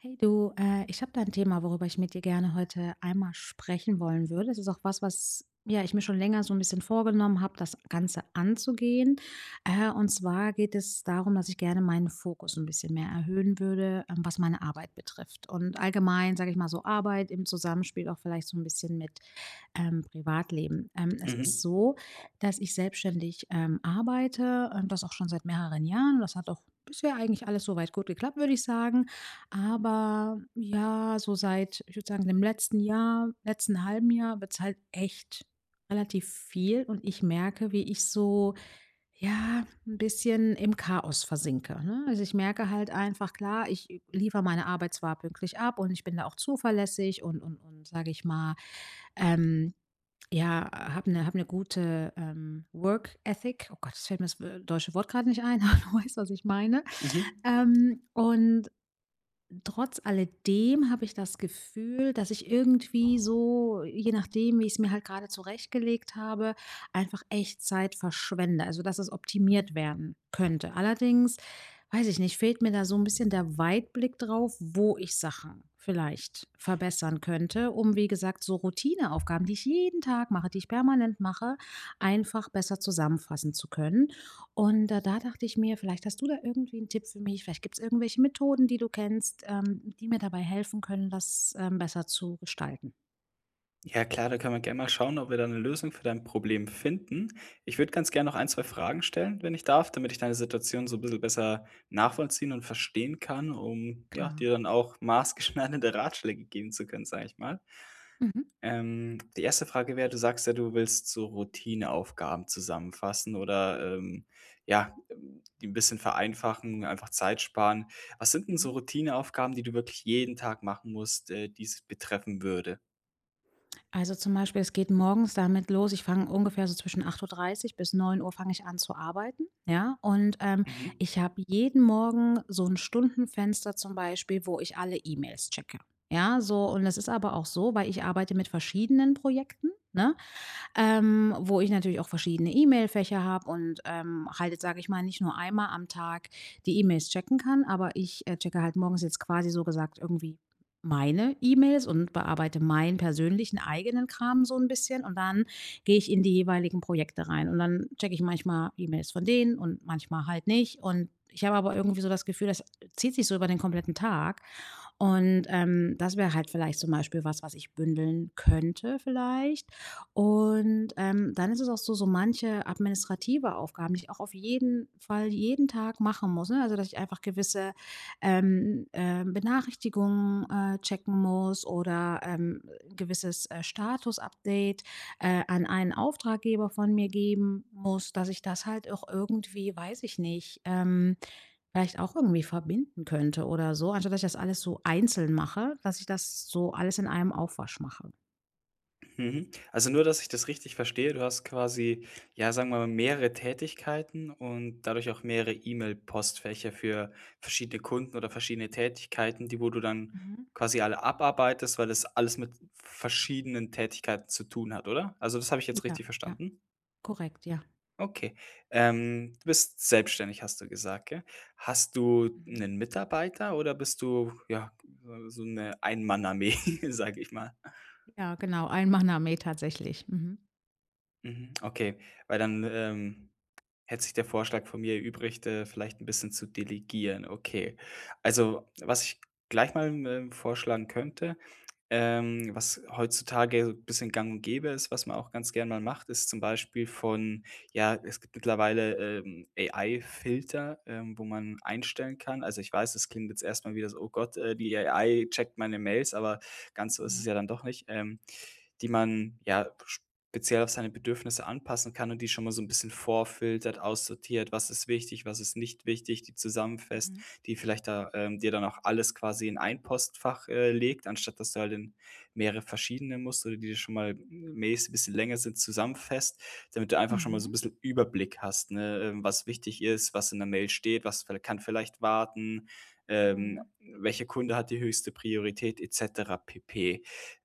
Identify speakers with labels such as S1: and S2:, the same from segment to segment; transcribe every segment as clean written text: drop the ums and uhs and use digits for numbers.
S1: Hey du, ich habe da ein Thema, worüber ich mit dir gerne heute einmal sprechen wollen würde. Es ist auch was, was ja, ich mir schon länger so ein bisschen vorgenommen habe, das Ganze anzugehen. Und zwar geht es darum, dass ich gerne meinen Fokus ein bisschen mehr erhöhen würde, was meine Arbeit betrifft. Und allgemein, sage ich mal so, Arbeit im Zusammenspiel auch vielleicht so ein bisschen mit Privatleben. Es ist
S2: Mhm,
S1: so, dass ich selbstständig arbeite, das auch schon seit mehreren Jahren. Das hat auch bisher eigentlich alles soweit gut geklappt, würde ich sagen. Aber ja, so seit, ich würde sagen, dem letzten Jahr, letzten halben Jahr wird es halt echt relativ viel und ich merke, wie ich so, ja, ein bisschen im Chaos versinke, ne? Also, ich merke halt einfach, klar, ich liefere meine Arbeit zwar pünktlich ab und ich bin da auch zuverlässig und sage ich mal, ähm, ja, habe 'ne gute, Work Ethic. Oh Gott, das fällt mir das w deutsche Wort gerade nicht ein, aber du weißt, was ich meine.
S2: mhm.
S1: Und trotz alledem habe ich das Gefühl, dass ich irgendwie so, je nachdem, wie ich es mir halt gerade zurechtgelegt habe, einfach echt Zeit verschwende. Also, dass es optimiert werden könnte. Allerdings, weiß ich nicht, fehlt mir da so ein bisschen der Weitblick drauf, wo ich Sachen vielleicht verbessern könnte, um, wie gesagt, so Routineaufgaben, die ich jeden Tag mache, die ich permanent mache, einfach besser zusammenfassen zu können. Und, da dachte ich mir, vielleicht hast du da irgendwie einen Tipp für mich. Vielleicht gibt es irgendwelche Methoden, die du kennst, die mir dabei helfen können, das, besser zu gestalten.
S2: Ja klar, da können wir gerne mal schauen, ob wir da eine Lösung für dein Problem finden. Ich würde ganz gerne noch ein 2 Fragen stellen, wenn ich darf, damit ich deine Situation so ein bisschen besser nachvollziehen und verstehen kann, um, ja,
S1: Klar.
S2: dir dann auch maßgeschneiderte Ratschläge geben zu können, sage ich mal.
S1: Mhm.
S2: Die erste Frage wäre, du sagst ja, du willst so Routineaufgaben zusammenfassen oder, ja, die 'n bisschen vereinfachen, einfach Zeit sparen. Was sind denn so
S1: Mhm.
S2: Routineaufgaben, die du wirklich jeden Tag machen musst, die's betreffen würde?
S1: Also, zum Beispiel, es geht morgens damit los, ich fange ungefähr so zwischen 8:30 bis 9:00 fange ich an zu arbeiten, ja? Und,
S2: Mhm.
S1: ich habe jeden Morgen so ein Stundenfenster zum Beispiel, wo ich alle E-Mails checke. Ja, so, und das ist aber auch so, weil ich arbeite mit verschiedenen Projekten, ne? Wo ich natürlich auch verschiedene E-Mail-Fächer habe und halt jetzt, sage ich mal, nicht nur einmal am Tag die E-Mails checken kann, aber ich checke halt morgens jetzt quasi so gesagt irgendwie meine E-Mails und bearbeite meinen persönlichen eigenen Kram so ein bisschen und dann gehe ich in die jeweiligen Projekte rein und dann checke ich manchmal E-Mails von denen und manchmal halt nicht, und ich habe aber irgendwie so das Gefühl, das zieht sich so über den kompletten Tag und, das wäre halt vielleicht zum Beispiel was, was ich bündeln könnte vielleicht. Und, dann ist es auch so, so manche administrative Aufgaben, die ich auch auf jeden Fall jeden Tag machen muss, ne? Also, dass ich einfach gewisse, Benachrichtigungen, checken muss oder, ein gewisses, Status-Update, an einen Auftraggeber von mir geben muss, dass ich das halt auch irgendwie, weiß ich nicht, vielleicht auch irgendwie verbinden könnte oder so, anstatt dass ich das alles so einzeln mache, dass ich das so alles in einem Aufwasch mache.
S2: Mhm. Also nur, dass ich das richtig verstehe, du hast quasi, ja, sagen wir mal, mehrere Tätigkeiten und dadurch auch mehrere E-Mail-Postfächer für verschiedene Kunden oder verschiedene Tätigkeiten, die wo du dann
S1: Mhm.
S2: quasi alle abarbeitest, weil es alles mit verschiedenen Tätigkeiten zu tun hat, oder? Also das habe ich jetzt
S1: Ja,
S2: richtig
S1: ja,
S2: verstanden?
S1: korrekt, ja.
S2: Okay. Du bist selbstständig, hast du gesagt, gell? Hast du
S1: Mhm.
S2: einen Mitarbeiter oder bist du, ja, so eine Ein-Mann-Armee, sage ich mal?
S1: Ja, genau, ein Maknae tatsächlich. Mhm.
S2: Mhm, okay, weil dann, hätte sich der Vorschlag von mir erübrigt, vielleicht ein bisschen zu delegieren. Okay. Also, was ich gleich mal, vorschlagen könnte, was heutzutage so 'n bisschen gang und gäbe ist, was man auch ganz gern mal macht, ist zum Beispiel von ja, es gibt mittlerweile, AI-Filter, wo man einstellen kann. Also, ich weiß, das klingt jetzt erstmal mal wieder so: „Oh Gott, die AI checkt meine Mails“, aber ganz so ist es
S1: Mhm.
S2: ja dann doch nicht, die man ja speziell auf seine Bedürfnisse anpassen kann und die schon mal so ein bisschen vorfiltert, aussortiert, was ist wichtig, was ist nicht wichtig, die zusammenfasst,
S1: Mhm.
S2: die vielleicht da, dir dann auch alles quasi in ein Postfach, legt, anstatt dass du halt in mehrere verschiedene musst oder die schon mal mäßig ein bisschen länger sind, zusammenfasst, damit du einfach schon mal so 'n
S1: Mhm.
S2: bisschen Überblick hast, ne, was wichtig ist, was in der Mail steht, was viellei kann vielleicht warten,
S1: Mhm.
S2: welcher Kunde hat die höchste Priorität et cetera pp.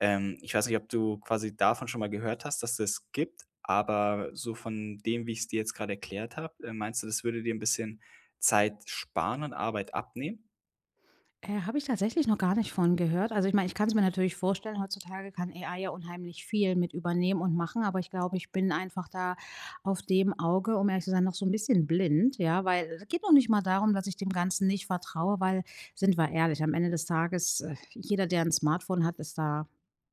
S2: Ich weiß nicht, ob du quasi davon schon mal gehört hast, dass es das gibt, aber so von dem, wie ich es dir jetzt gerade erklärt habe, meinst du, das würde dir ein bisschen Zeit sparen und Arbeit abnehmen?
S1: Habe ich tatsächlich noch gar nicht von gehört. Also, ich meine, ich kann es mir natürlich vorstellen, heutzutage kann A I ja unheimlich viel mit übernehmen und machen, aber ich glaube, ich bin einfach da auf dem Auge, um ehrlich zu sein, noch so ein bisschen blind, ja, weil es geht noch nicht mal darum, dass ich dem Ganzen nicht vertraue, weil, sind wir ehrlich, am Ende des Tages, jeder, der ein Smartphone hat, ist da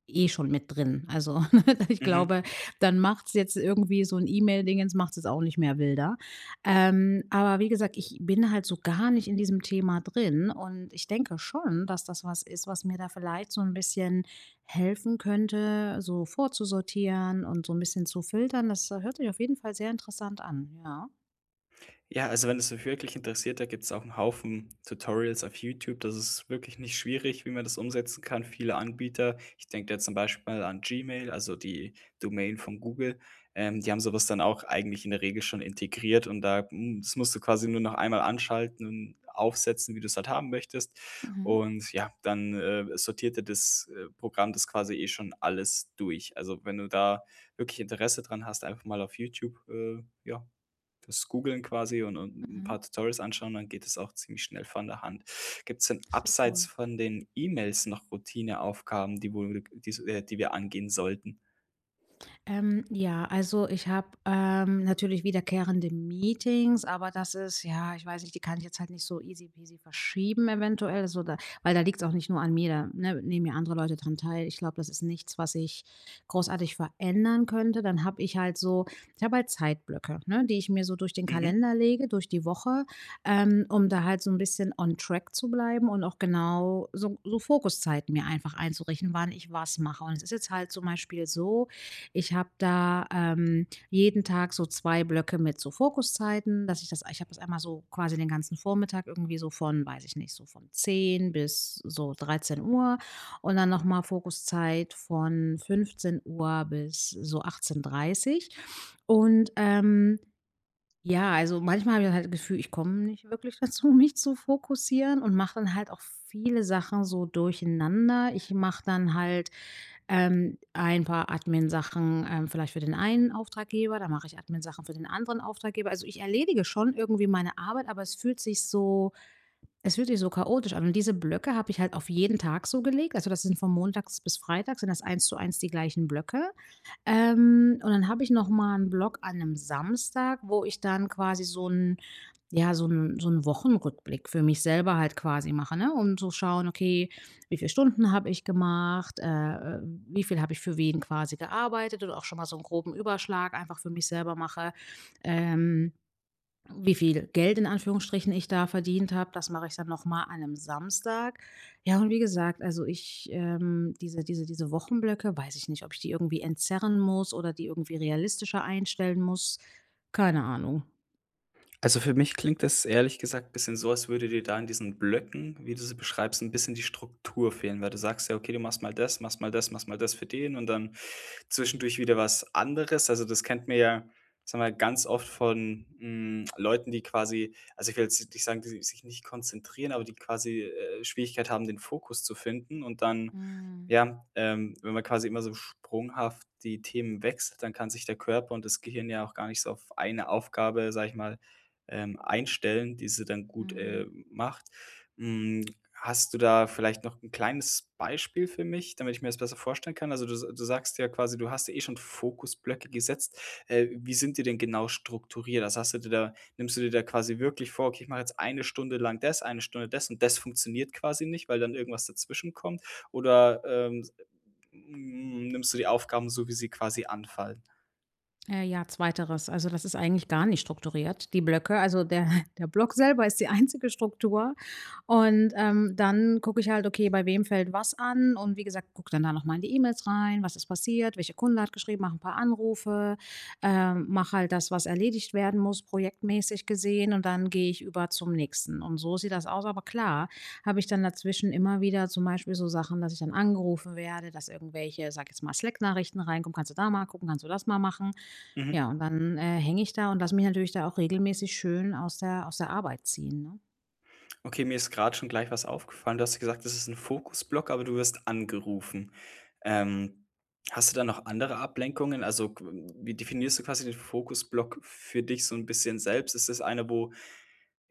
S1: eh schon mit drin. Also, ich glaube, dann macht es jetzt irgendwie so ein E-Mail-Dingens, macht es auch nicht mehr wilder. Aber wie gesagt, ich bin halt so gar nicht in diesem Thema drin und ich denke schon, dass das was ist, was mir da vielleicht so ein bisschen helfen könnte, so vorzusortieren und so ein bisschen zu filtern. Das hört sich auf jeden Fall sehr interessant an, ja.
S2: Ja, also wenn es dich wirklich interessiert, da gibt es auch einen Haufen Tutorials auf YouTube. Das ist wirklich nicht schwierig, wie man das umsetzen kann. Viele Anbieter, ich denke da zum Beispiel mal an Gmail, also die Domain von Google, die haben sowas dann auch eigentlich in der Regel schon integriert und da m das musst du quasi nur noch einmal anschalten und aufsetzen, wie du es halt haben möchtest.
S1: Mhm,
S2: Und ja, dann, sortiert dir das, Programm das quasi eh schon alles durch. Also, wenn du da wirklich Interesse dran hast, einfach mal auf YouTube, ja, das Googlen quasi und 'n
S1: mhm.
S2: paar Tutorials anschauen, dann geht es auch ziemlich schnell von der Hand. Gibt es denn
S1: Sehr
S2: abseits
S1: cool.
S2: von den E-Mails noch Routineaufgaben, die wohl die die wir angehen sollten?
S1: Ja, also ich habe, natürlich wiederkehrende Meetings, aber das ist ja, ich weiß nicht, die kann ich jetzt halt nicht so easy peasy verschieben eventuell, so da, weil da liegt's auch nicht nur an mir, da, ne, nehmen ja andere Leute dran teil. Ich glaube, das ist nichts, was ich großartig verändern könnte. Dann habe ich halt so, ich habe halt Zeitblöcke, ne, die ich mir so durch den
S2: Mhm.
S1: Kalender lege, durch die Woche, um da halt so ein bisschen on track zu bleiben und auch genau so, so Fokuszeiten mir einfach einzurichten, wann ich was mache. Und es ist jetzt halt zum Beispiel so, ich habe da, jeden Tag so 2 Blöcke mit so Fokuszeiten, dass ich das, ich habe das einmal so quasi den ganzen Vormittag irgendwie so von, weiß ich nicht, so von 10 bis so 13 Uhr und dann nochmal Fokuszeit von 15 Uhr bis so 18:30 Uhr. Und, ja, also manchmal habe ich halt das Gefühl, ich komme nicht wirklich dazu, mich zu fokussieren und mache dann halt auch viele Sachen so durcheinander. Ich mache dann halt ein paar Admin-Sachen, vielleicht für den einen Auftraggeber, dann mache ich Admin-Sachen für den anderen Auftraggeber. Also ich erledige schon irgendwie meine Arbeit, aber es fühlt sich so chaotisch an. Und diese Blöcke habe ich halt auf jeden Tag so gelegt. Also das sind von montags bis freitags, sind das eins zu eins die gleichen Blöcke. Und dann habe ich noch mal einen Blog an einem Samstag, wo ich dann quasi so ein ja, so ein Wochenrückblick für mich selber halt quasi mache, ne, um zu schauen: „Okay, wie viele Stunden habe ich gemacht? Äh, Wie viel habe ich für wen quasi gearbeitet?“ Und auch schon mal so einen groben Überschlag einfach für mich selber mache. Ähm, wie viel Geld in Anführungsstrichen ich da verdient habe, das mache ich dann noch mal an einem Samstag. Ja, und wie gesagt, also ich, diese Wochenblöcke, weiß ich nicht, ob ich die irgendwie entzerren muss oder die irgendwie realistischer einstellen muss. Keine Ahnung.
S2: Also, für mich klingt das ehrlich gesagt ein bisschen so, als würde dir da in diesen Blöcken, wie du sie beschreibst, ein bisschen die Struktur fehlen, weil du sagst ja: „Okay, du machst mal das, machst mal das, machst mal das für den und dann“ zwischendurch wieder was anderes. Also, das kennt man ja, sagen wir, ganz oft von, Leuten, die quasi, also, ich will jetzt nicht sagen, die sich nicht konzentrieren, aber die quasi, Schwierigkeit haben, den Fokus zu finden und dann,
S1: Mhm,
S2: ja, wenn man quasi immer so sprunghaft die Themen wechselt, dann kann sich der Körper und das Gehirn ja auch gar nicht so auf eine Aufgabe, sage ich mal, einstellen, die sie dann gut,
S1: mhm.
S2: macht. Hm, Hast du da vielleicht noch ein kleines Beispiel für mich, damit ich mir das besser vorstellen kann? Also, du sagst ja quasi, du hast ja eh schon Fokusblöcke gesetzt. Wie sind die denn genau strukturiert? Also, hast du dir da nimmst du dir da quasi wirklich vor: „Okay, ich mache jetzt eine Stunde lang das, eine Stunde das“ und das funktioniert quasi nicht, weil dann irgendwas dazwischen kommt. Oder, nimmst du die Aufgaben so, wie sie quasi anfallen?
S1: Ja, zweiteres. Also, das ist eigentlich gar nicht strukturiert, die Blöcke. Also, der der Block selber ist die einzige Struktur. Und, dann gucke ich halt, okay, bei wem fällt was an und wie gesagt, gucke dann da noch mal in die E-Mails rein, was ist passiert, welcher Kunde hat geschrieben, mache ein paar Anrufe, mache halt das, was erledigt werden muss, projektmäßig gesehen, und dann gehe ich über zum Nächsten. Und so sieht das aus, aber klar, habe ich dann dazwischen immer wieder zum Beispiel so Sachen, dass ich dann angerufen werde, dass irgendwelche, sag jetzt mal, Slack-Nachrichten reinkommen: „Kannst du da mal gucken? Kannst du das mal machen?“
S2: Mhm.
S1: Ja, und dann, hänge ich da und lasse mich natürlich da auch regelmäßig schön aus der Arbeit ziehen, ne?
S2: Okay, mir ist gerade schon gleich was aufgefallen. Du hast ja gesagt, das ist ein Fokusblock, aber du wirst angerufen. Ähm, Hast du da noch andere Ablenkungen? Also, qu wie definierst du quasi den Fokusblock für dich so ein bisschen selbst? Ist das einer, wo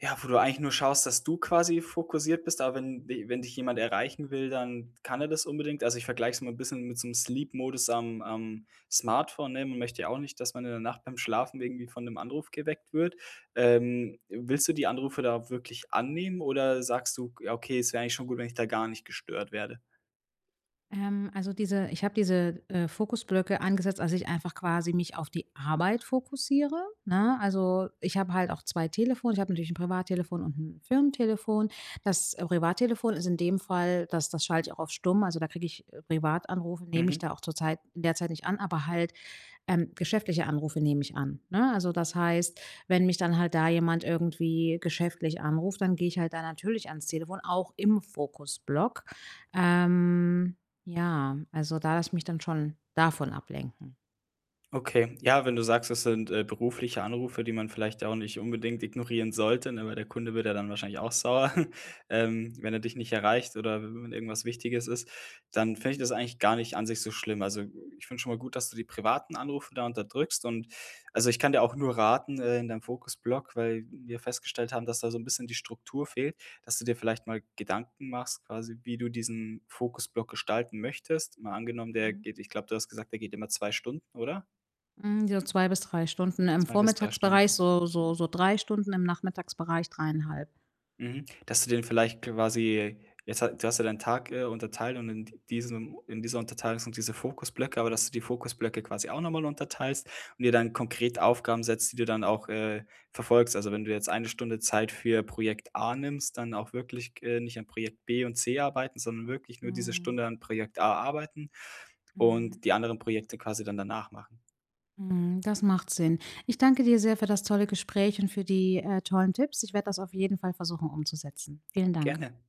S2: ja, wo du eigentlich nur schaust, dass du quasi fokussiert bist, aber wenn dich jemand erreichen will, dann kann er das unbedingt. Also, ich vergleiche es immer 'n bisschen mit so einem Sleep-Modus am Smartphone, ne? Man möchte ja auch nicht, dass man in der Nacht beim Schlafen irgendwie von 'nem Anruf geweckt wird. Willst du die Anrufe da wirklich annehmen oder sagst du: „Ja, okay, es wäre eigentlich schon gut, wenn ich da gar nicht gestört werde?“
S1: Also diese ich habe diese, Fokusblöcke angesetzt, als ich einfach quasi mich auf die Arbeit fokussiere, ne? Also, ich habe halt auch 2 Telefone. Ich habe natürlich ein Privattelefon und ein Firmentelefon. Das Privattelefon ist in dem Fall das, das schalte ich auch auf stumm. Also, da kriege ich, Privatanrufe nehme ich
S2: Mhm.
S1: da auch zurzeit in der Zeit nicht an, aber halt geschäftliche Anrufe nehme ich an, ne? Also, das heißt, wenn mich dann halt da jemand irgendwie geschäftlich anruft, dann gehe ich halt da natürlich ans Telefon, auch im Fokusblock. Ähm, ja, also, da lasse ich mich dann schon davon ablenken.
S2: Okay. Ja, wenn du sagst, das sind, berufliche Anrufe, die man vielleicht auch nicht unbedingt ignorieren sollte, ne, weil der Kunde wird ja dann wahrscheinlich auch sauer, wenn er dich nicht erreicht oder wenn irgendwas Wichtiges ist, dann finde ich das eigentlich gar nicht an sich so schlimm. Also, ich finde schon mal gut, dass du die privaten Anrufe da unterdrückst und also, ich kann dir auch nur raten, in deinem Fokusblock, weil wir festgestellt haben, dass da so ein bisschen die Struktur fehlt, dass du dir vielleicht mal Gedanken machst quasi, wie du diesen Fokusblock gestalten möchtest. Mal angenommen, der
S1: Mhm.
S2: geht ich glaube, du hast gesagt, der geht immer 2 Stunden, oder?
S1: Hm, so 2 bis 3 Stunden im
S2: Zwei bis 3
S1: Vormittagsbereich,
S2: Stunden.
S1: so 3 Stunden, im Nachmittagsbereich dreieinhalb.
S2: Mhm. Dass du den vielleicht quasi jetzt ha du hast ja deinen Tag, unterteilt und in dieser Unterteilung sind diese Fokusblöcke, aber dass du die Fokusblöcke quasi auch noch mal unterteilst und dir dann konkret Aufgaben setzt, die du dann auch, verfolgst. Also, wenn du jetzt eine Stunde Zeit für Projekt A nimmst, dann auch wirklich, nicht an Projekt B und C arbeiten, sondern wirklich nur diese
S1: Mhm,
S2: Stunde an Projekt A arbeiten
S1: mhm,
S2: und die anderen Projekte quasi dann danach machen.
S1: mhm, das macht Sinn. Ich danke dir sehr für das tolle Gespräch und für die, tollen Tipps. Ich werde das auf jeden Fall versuchen umzusetzen. Vielen Dank.
S2: Gerne.